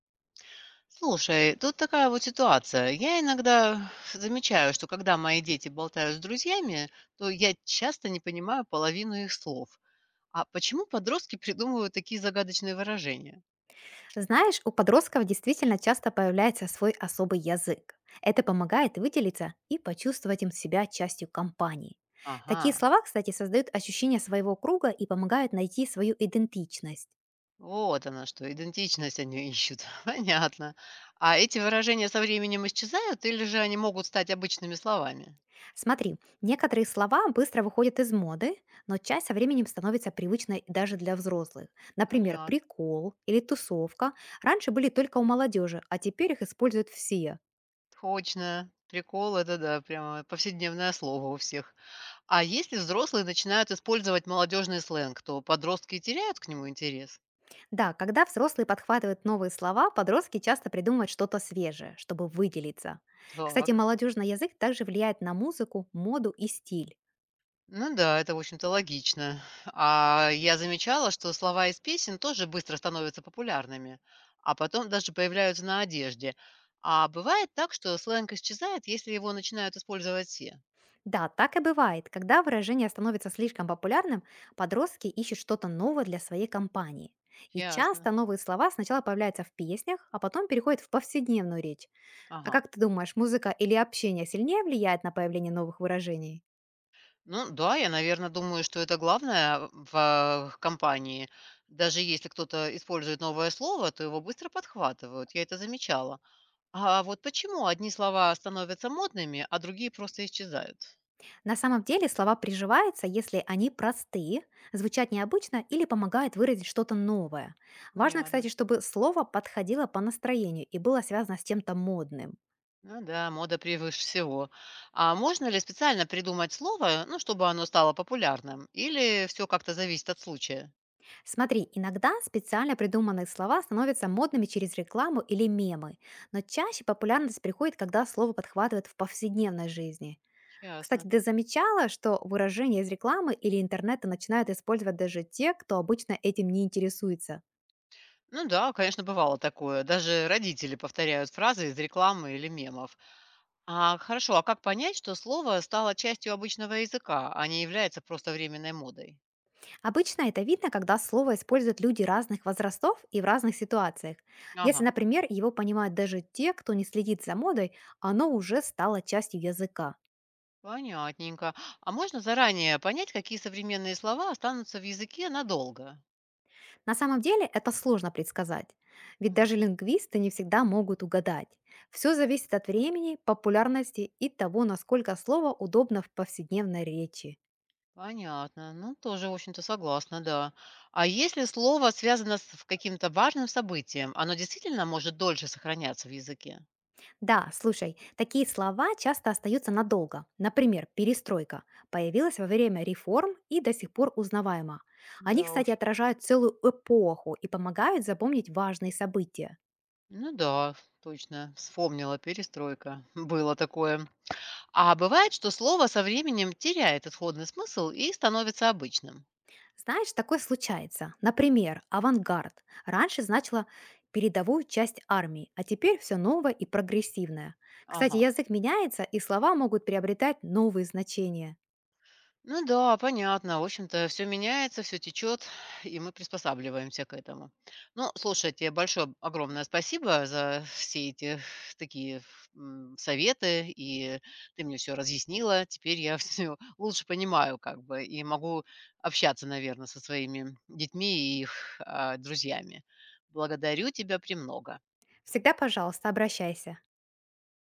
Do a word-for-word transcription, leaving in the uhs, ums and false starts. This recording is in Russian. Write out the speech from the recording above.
Слушай, тут такая вот ситуация. Я иногда замечаю, что когда мои дети болтают с друзьями, то я часто не понимаю половину их слов. А почему подростки придумывают такие загадочные выражения? Знаешь, у подростков действительно часто появляется свой особый язык. Это помогает выделиться и почувствовать им себя частью компании. Ага, Такие слова, кстати, создают ощущение своего круга и помогают найти свою идентичность. вот она что, идентичность они ищут. Понятно. А эти выражения со временем исчезают или же они могут стать обычными словами? Смотри, некоторые слова быстро выходят из моды, но часть со временем становится привычной даже для взрослых. Например, Понятно. прикол или тусовка раньше были только у молодежи, а теперь их используют все. Точно. Прикол, это да, прямо повседневное слово у всех. А если взрослые начинают использовать молодежный сленг, то подростки теряют к нему интерес? Да, когда взрослые подхватывают новые слова, подростки часто придумывают что-то свежее, чтобы выделиться. Кстати, Так. молодежный язык также влияет на музыку, моду и стиль. Ну да, это, в общем-то, логично. А я замечала, что слова из песен тоже быстро становятся популярными, а потом даже появляются на одежде. А бывает так, что сленг исчезает, если его начинают использовать все. Да, так и бывает. Когда выражение становится слишком популярным, подростки ищут что-то новое для своей компании. И часто Ясно. новые слова сначала появляются в песнях, а потом переходят в повседневную речь. А Ага. как ты думаешь, музыка или общение сильнее влияет на появление новых выражений? Ну да, я, наверное, думаю, что это главное в э, компании. Даже если кто-то использует новое слово, то его быстро подхватывают. Я это замечала. А вот почему одни слова становятся модными, а другие просто исчезают? На самом деле слова приживаются, если они простые, звучат необычно или помогают выразить что-то новое. Важно, кстати, Понятно. чтобы слово подходило по настроению и было связано с чем-то модным. Ну да, мода превыше всего. А можно ли специально придумать слово, ну, чтобы оно стало популярным? Или все как-то зависит от случая? Смотри, иногда специально придуманные слова становятся модными через рекламу или мемы, но чаще популярность приходит, когда слово подхватывают в повседневной жизни. Кстати, Ясно. ты замечала, что выражения из рекламы или интернета начинают использовать даже те, кто обычно этим не интересуется? Ну да, конечно, бывало такое. Даже родители повторяют фразы из рекламы или мемов. А хорошо, а как понять, что слово стало частью обычного языка, а не является просто временной модой? Обычно это видно, когда слово используют люди разных возрастов и в разных ситуациях. Если, Ага. например, его понимают даже те, кто не следит за модой, оно уже стало частью языка. Понятненько. А можно заранее понять, какие современные слова останутся в языке надолго? На самом деле это сложно предсказать. Ведь Мгм. даже лингвисты не всегда могут угадать. Все зависит от времени, популярности и того, насколько слово удобно в повседневной речи. Понятно. Ну, тоже, в общем-то, согласна, да. А если слово связано с каким-то важным событием, оно действительно может дольше сохраняться в языке? Да, слушай, такие слова часто остаются надолго. Например, перестройка появилась во время реформ и до сих пор узнаваема. Они, Да кстати, уж. отражают целую эпоху и помогают запомнить важные события. Ну да, точно. Вспомнила перестройка. Было такое. А бывает, что слово со временем теряет исходный смысл и становится обычным. Знаешь, такое случается. Например, авангард раньше значило передовую часть армии, а теперь все новое и прогрессивное. Кстати, Ага. язык меняется, и слова могут приобретать новые значения. Ну да, понятно. В общем-то, все меняется, все течет, и мы приспосабливаемся к этому. Ну, слушай, тебе большое, огромное спасибо за все эти такие, м, советы, и ты мне все разъяснила. Теперь я всё лучше понимаю как бы и могу общаться, наверное, со своими детьми и их, а, друзьями. Благодарю тебя премного. Всегда, пожалуйста, обращайся.